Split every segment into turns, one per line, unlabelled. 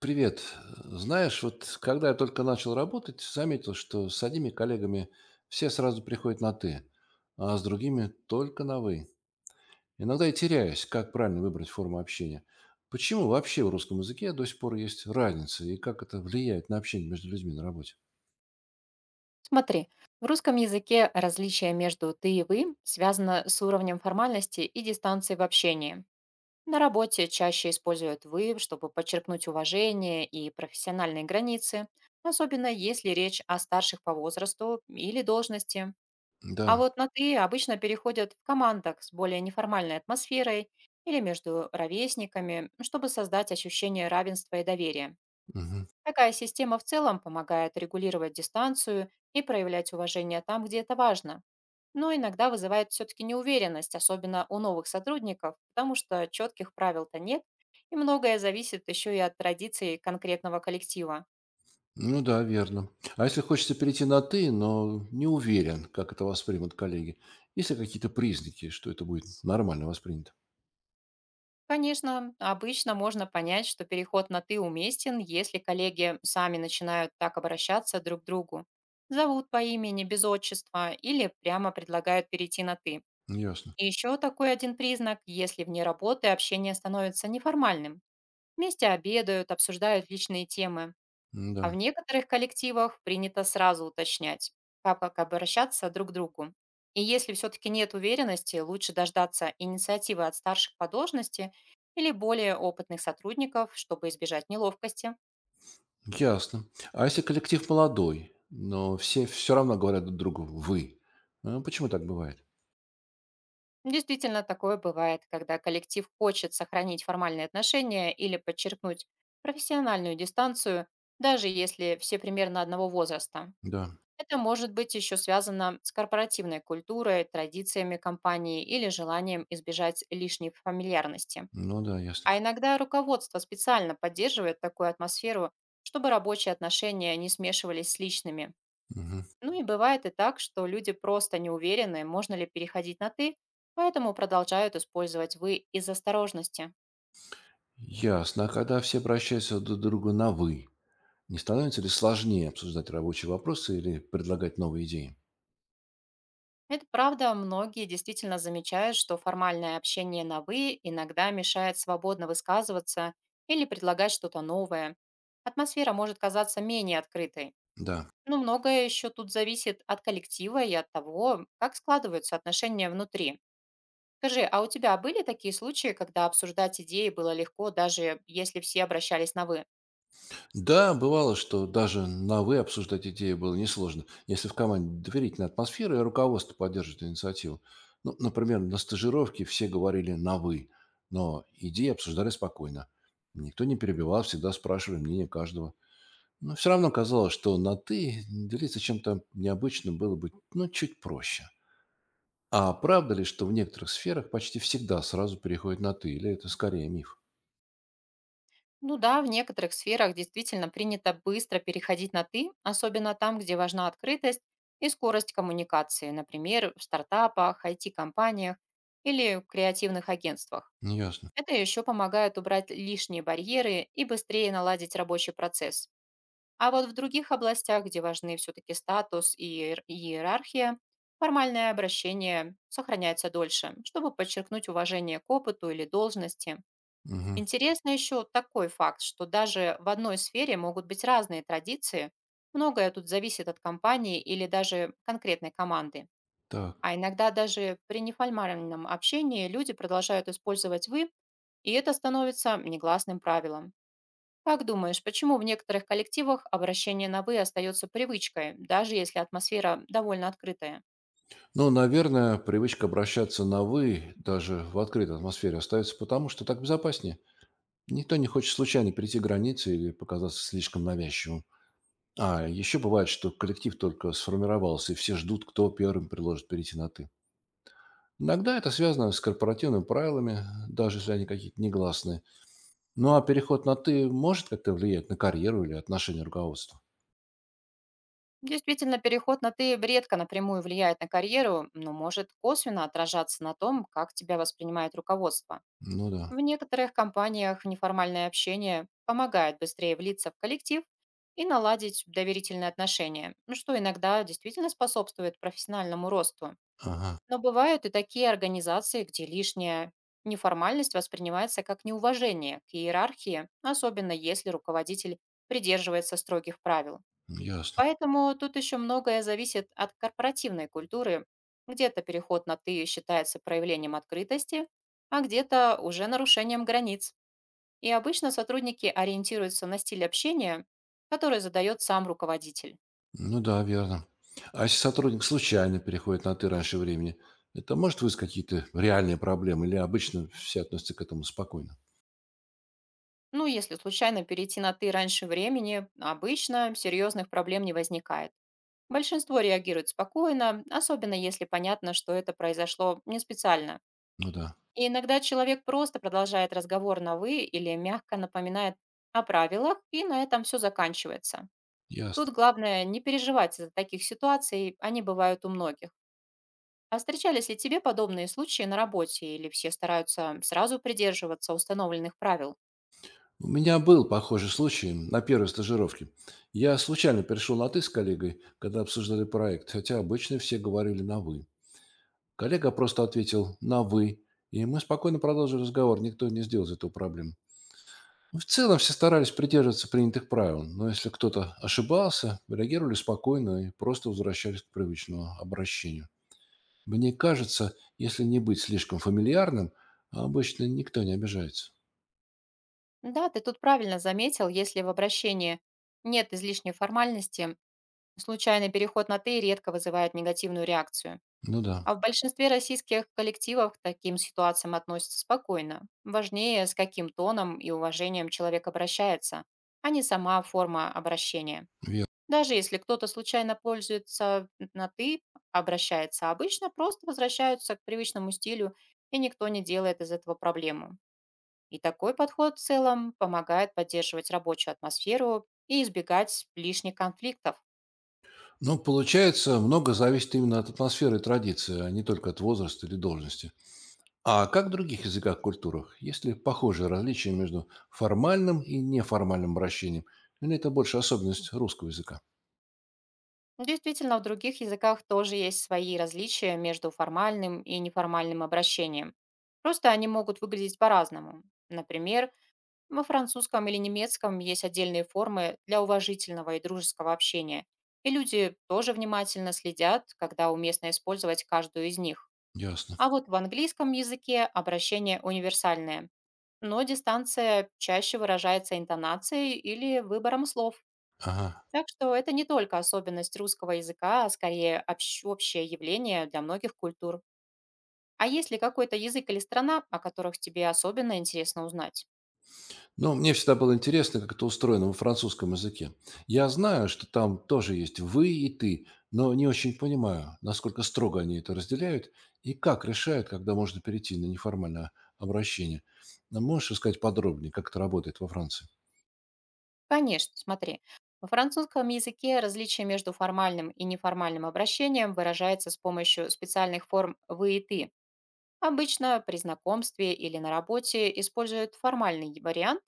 Привет. Знаешь, вот когда я только начал работать, заметил, что с одними коллегами все сразу приходят на «ты», а с другими только на «вы». Иногда я теряюсь, как правильно выбрать форму общения. Почему вообще в русском языке до сих пор есть разница, и как это влияет на общение между людьми на работе?
Смотри, в русском языке различие между «ты» и «вы» связано с уровнем формальности и дистанции в общении. На работе чаще используют «вы», чтобы подчеркнуть уважение и профессиональные границы, особенно если речь о старших по возрасту или должности. А
Да.
вот на «ты» обычно переходят в командах с более неформальной атмосферой или между ровесниками, чтобы создать ощущение равенства и доверия.
Мгм.
Такая система в целом помогает регулировать дистанцию и проявлять уважение там, где это важно, но иногда вызывает все-таки неуверенность, особенно у новых сотрудников, потому что четких правил-то нет, и многое зависит еще и от традиций конкретного коллектива.
Ну да, верно. А если хочется перейти на «ты», но не уверен, как это воспримут коллеги, есть ли какие-то признаки, что это будет нормально воспринято?
Конечно, обычно можно понять, что переход на «ты» уместен, если коллеги сами начинают так обращаться друг к другу. Зовут по имени, без отчества или прямо предлагают перейти на «ты».
Ясно.
И еще такой один признак, если вне работы общение становится неформальным. Вместе обедают, обсуждают личные темы. А в
Да.
некоторых коллективах принято сразу уточнять, как обращаться друг к другу. И если все-таки нет уверенности, лучше дождаться инициативы от старших по должности или более опытных сотрудников, чтобы избежать неловкости.
Ясно. А если коллектив молодой, но все равно говорят друг другу «вы», а почему так бывает?
Действительно, такое бывает, когда коллектив хочет сохранить формальные отношения или подчеркнуть профессиональную дистанцию, даже если все примерно одного возраста.
Да,
Это может быть еще связано с корпоративной культурой, традициями компании или желанием избежать лишней фамильярности.
ну да, ясно.
А иногда руководство специально поддерживает такую атмосферу, чтобы рабочие отношения не смешивались с личными.
Мгм.
Ну и бывает и так, что люди просто не уверены, можно ли переходить на «ты», поэтому продолжают использовать «вы» из осторожности.
Ясно. А когда все обращаются друг к другу на «вы», не становится ли сложнее обсуждать рабочие вопросы или предлагать новые идеи?
Это правда, многие действительно замечают, что формальное общение на «вы» иногда мешает свободно высказываться или предлагать что-то новое. Атмосфера может казаться менее открытой.
Да.
Но многое еще тут зависит от коллектива и от того, как складываются отношения внутри. Скажи, а у тебя были такие случаи, когда обсуждать идеи было легко, даже если все обращались на «вы»?
Да, бывало, что даже на «вы» обсуждать идеи было несложно, если в команде доверительная атмосфера и руководство поддерживает инициативу. Ну, например, на стажировке все говорили на «вы», но идеи обсуждали спокойно. Никто не перебивал, всегда спрашивали мнение каждого. Но все равно казалось, что на «ты» делиться чем-то необычным было бы, ну, чуть проще. А правда ли, что в некоторых сферах почти всегда сразу переходит на «ты», или это скорее миф?
Ну да, в некоторых сферах действительно принято быстро переходить на «ты», особенно там, где важна открытость и скорость коммуникации, например, в стартапах, IT-компаниях или в креативных агентствах.
Ясно.
Это еще помогает убрать лишние барьеры и быстрее наладить рабочий процесс. А вот в других областях, где важны все-таки статус и иерархия, формальное обращение сохраняется дольше, чтобы подчеркнуть уважение к опыту или должности.
Мгм.
Интересно еще такой факт, что даже в одной сфере могут быть разные традиции. Многое тут зависит от компании или даже конкретной команды.
Так.
А иногда даже при неформальном общении люди продолжают использовать «вы», и это становится негласным правилом. Как думаешь, почему в некоторых коллективах обращение на «вы» остается привычкой, даже если атмосфера довольно открытая?
Ну, наверное, привычка обращаться на «вы» даже в открытой атмосфере остается потому, что так безопаснее. Никто не хочет случайно перейти границы или показаться слишком навязчивым. А еще бывает, что коллектив только сформировался, и все ждут, кто первым предложит перейти на «ты». Иногда это связано с корпоративными правилами, даже если они какие-то негласные. Ну, а переход на «ты» может как-то влиять на карьеру или отношение руководства?
Действительно, переход на «ты» редко напрямую влияет на карьеру, но может косвенно отражаться на том, как тебя воспринимает руководство.
Ну да.
В некоторых компаниях неформальное общение помогает быстрее влиться в коллектив и наладить доверительные отношения, ну, что иногда действительно способствует профессиональному росту.
Ага,
Но бывают и такие организации, где лишняя неформальность воспринимается как неуважение к иерархии, особенно если руководитель придерживается строгих правил.
ясно.
Поэтому тут еще многое зависит от корпоративной культуры. Где-то переход на «ты» считается проявлением открытости, а где-то уже нарушением границ. И обычно сотрудники ориентируются на стиль общения, который задает сам руководитель.
Ну да, верно. А если сотрудник случайно переходит на «ты» раньше времени, это может вызвать какие-то реальные проблемы или обычно все относятся к этому спокойно?
Ну, если случайно перейти на «ты» раньше времени, обычно серьезных проблем не возникает. Большинство реагирует спокойно, особенно если понятно, что это произошло не специально.
Ну да,
И иногда человек просто продолжает разговор на «вы» или мягко напоминает о правилах, и на этом все заканчивается. Тут
ясно.
главное не переживать из-за таких ситуаций, они бывают у многих. А встречались ли тебе подобные случаи на работе, или все стараются сразу придерживаться установленных правил?
У меня был похожий случай на первой стажировке. Я случайно перешел на «ты» с коллегой, когда обсуждали проект, хотя обычно все говорили на «вы». Коллега просто ответил на «вы», и мы спокойно продолжили разговор, никто не сделал из этого проблем. Ну, в целом все старались придерживаться принятых правил, но если кто-то ошибался, реагировали спокойно и просто возвращались к привычному обращению. Мне кажется, если не быть слишком фамильярным, обычно никто не обижается.
Да, ты тут правильно заметил, если в обращении нет излишней формальности, случайный переход на «ты» редко вызывает негативную реакцию.
Ну да,
А в большинстве российских коллективов к таким ситуациям относятся спокойно. Важнее, с каким тоном и уважением человек обращается, а не сама форма обращения.
верно.
Даже если кто-то случайно пользуется на «ты», обращается, обычно просто возвращаются к привычному стилю, и никто не делает из этого проблему. И такой подход в целом помогает поддерживать рабочую атмосферу и избегать лишних конфликтов.
Но получается, много зависит именно от атмосферы и традиции, а не только от возраста или должности. А как в других языках и культурах? Есть ли похожие различия между формальным и неформальным обращением? Или это больше особенность русского языка?
Действительно, в других языках тоже есть свои различия между формальным и неформальным обращением. Просто они могут выглядеть по-разному. Например, во французском или немецком есть отдельные формы для уважительного и дружеского общения, и люди тоже внимательно следят, когда уместно использовать каждую из них.
Ясно.
А вот в английском языке обращение универсальное, но дистанция чаще выражается интонацией или выбором слов.
Ага.
Так что это не только особенность русского языка, а скорее общее явление для многих культур. А есть ли какой-то язык или страна, о которых тебе особенно интересно узнать?
Ну, мне всегда было интересно, как это устроено во французском языке. Я знаю, что там тоже есть «вы» и «ты», но не очень понимаю, насколько строго они это разделяют и как решают, когда можно перейти на неформальное обращение. А можешь рассказать подробнее, как это работает во Франции?
Конечно, смотри. Во французском языке различие между формальным и неформальным обращением выражается с помощью специальных форм «вы» и «ты». Обычно при знакомстве или на работе используют формальный вариант,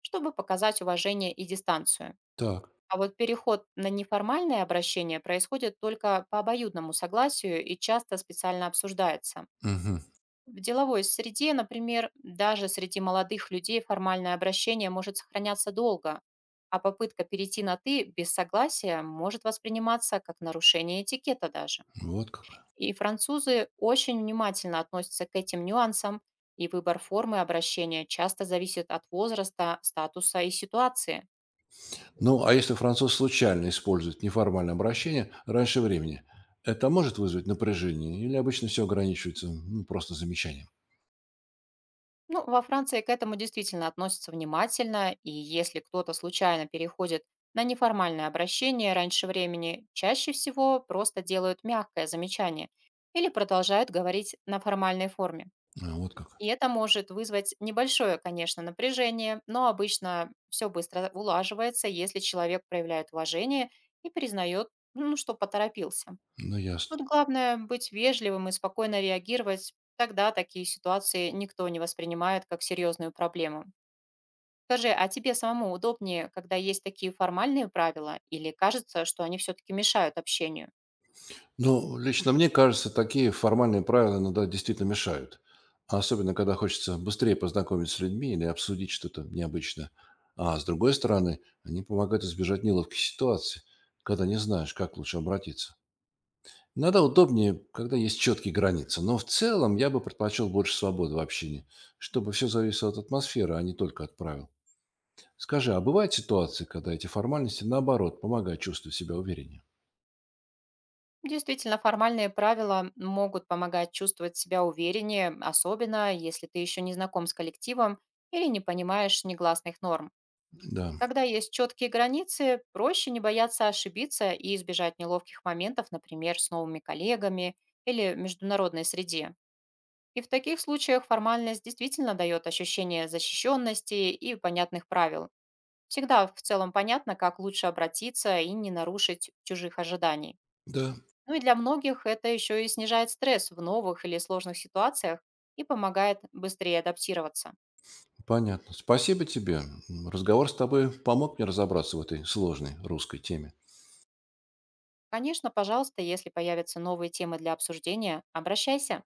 чтобы показать уважение и дистанцию.
Так.
А вот переход на неформальное обращение происходит только по обоюдному согласию и часто специально обсуждается.
Мгм.
В деловой среде, например, даже среди молодых людей формальное обращение может сохраняться долго, а попытка перейти на «ты» без согласия может восприниматься как нарушение этикета даже.
Вот как.
И французы очень внимательно относятся к этим нюансам, и выбор формы обращения часто зависит от возраста, статуса и ситуации.
Ну, а если француз случайно использует неформальное обращение раньше времени, это может вызвать напряжение или обычно все ограничивается, ну, просто замечанием?
Ну, во Франции к этому действительно относятся внимательно, и если кто-то случайно переходит на неформальное обращение раньше времени, чаще всего просто делают мягкое замечание или продолжают говорить на формальной форме.
А, вот как.
И это может вызвать небольшое, конечно, напряжение, но обычно все быстро улаживается, если человек проявляет уважение и признает, ну, что поторопился.
Ну, ясно.
Тут главное быть вежливым и спокойно реагировать. Тогда такие ситуации никто не воспринимает как серьезную проблему. Скажи, а тебе самому удобнее, когда есть такие формальные правила, или кажется, что они все-таки мешают общению?
Ну, лично мне кажется, такие формальные правила иногда действительно мешают. Особенно, когда хочется быстрее познакомиться с людьми или обсудить что-то необычное. А с другой стороны, они помогают избежать неловких ситуаций, когда не знаешь, как лучше обратиться. Иногда удобнее, когда есть четкие границы, но в целом я бы предпочел больше свободы в общении, чтобы все зависело от атмосферы, а не только от правил. Скажи, а бывают ситуации, когда эти формальности, наоборот, помогают чувствовать себя увереннее?
Действительно, формальные правила могут помогать чувствовать себя увереннее, особенно если ты еще не знаком с коллективом или не понимаешь негласных норм.
Да,
Когда есть четкие границы, проще не бояться ошибиться и избежать неловких моментов, например, с новыми коллегами или в международной среде. И в таких случаях формальность действительно дает ощущение защищенности и понятных правил. Всегда в целом понятно, как лучше обратиться и не нарушить чужих ожиданий.
да.
Ну и для многих это еще и снижает стресс в новых или сложных ситуациях и помогает быстрее адаптироваться.
Понятно. Спасибо тебе. Разговор с тобой помог мне разобраться в этой сложной русской теме.
Конечно, пожалуйста, если появятся новые темы для обсуждения, обращайся.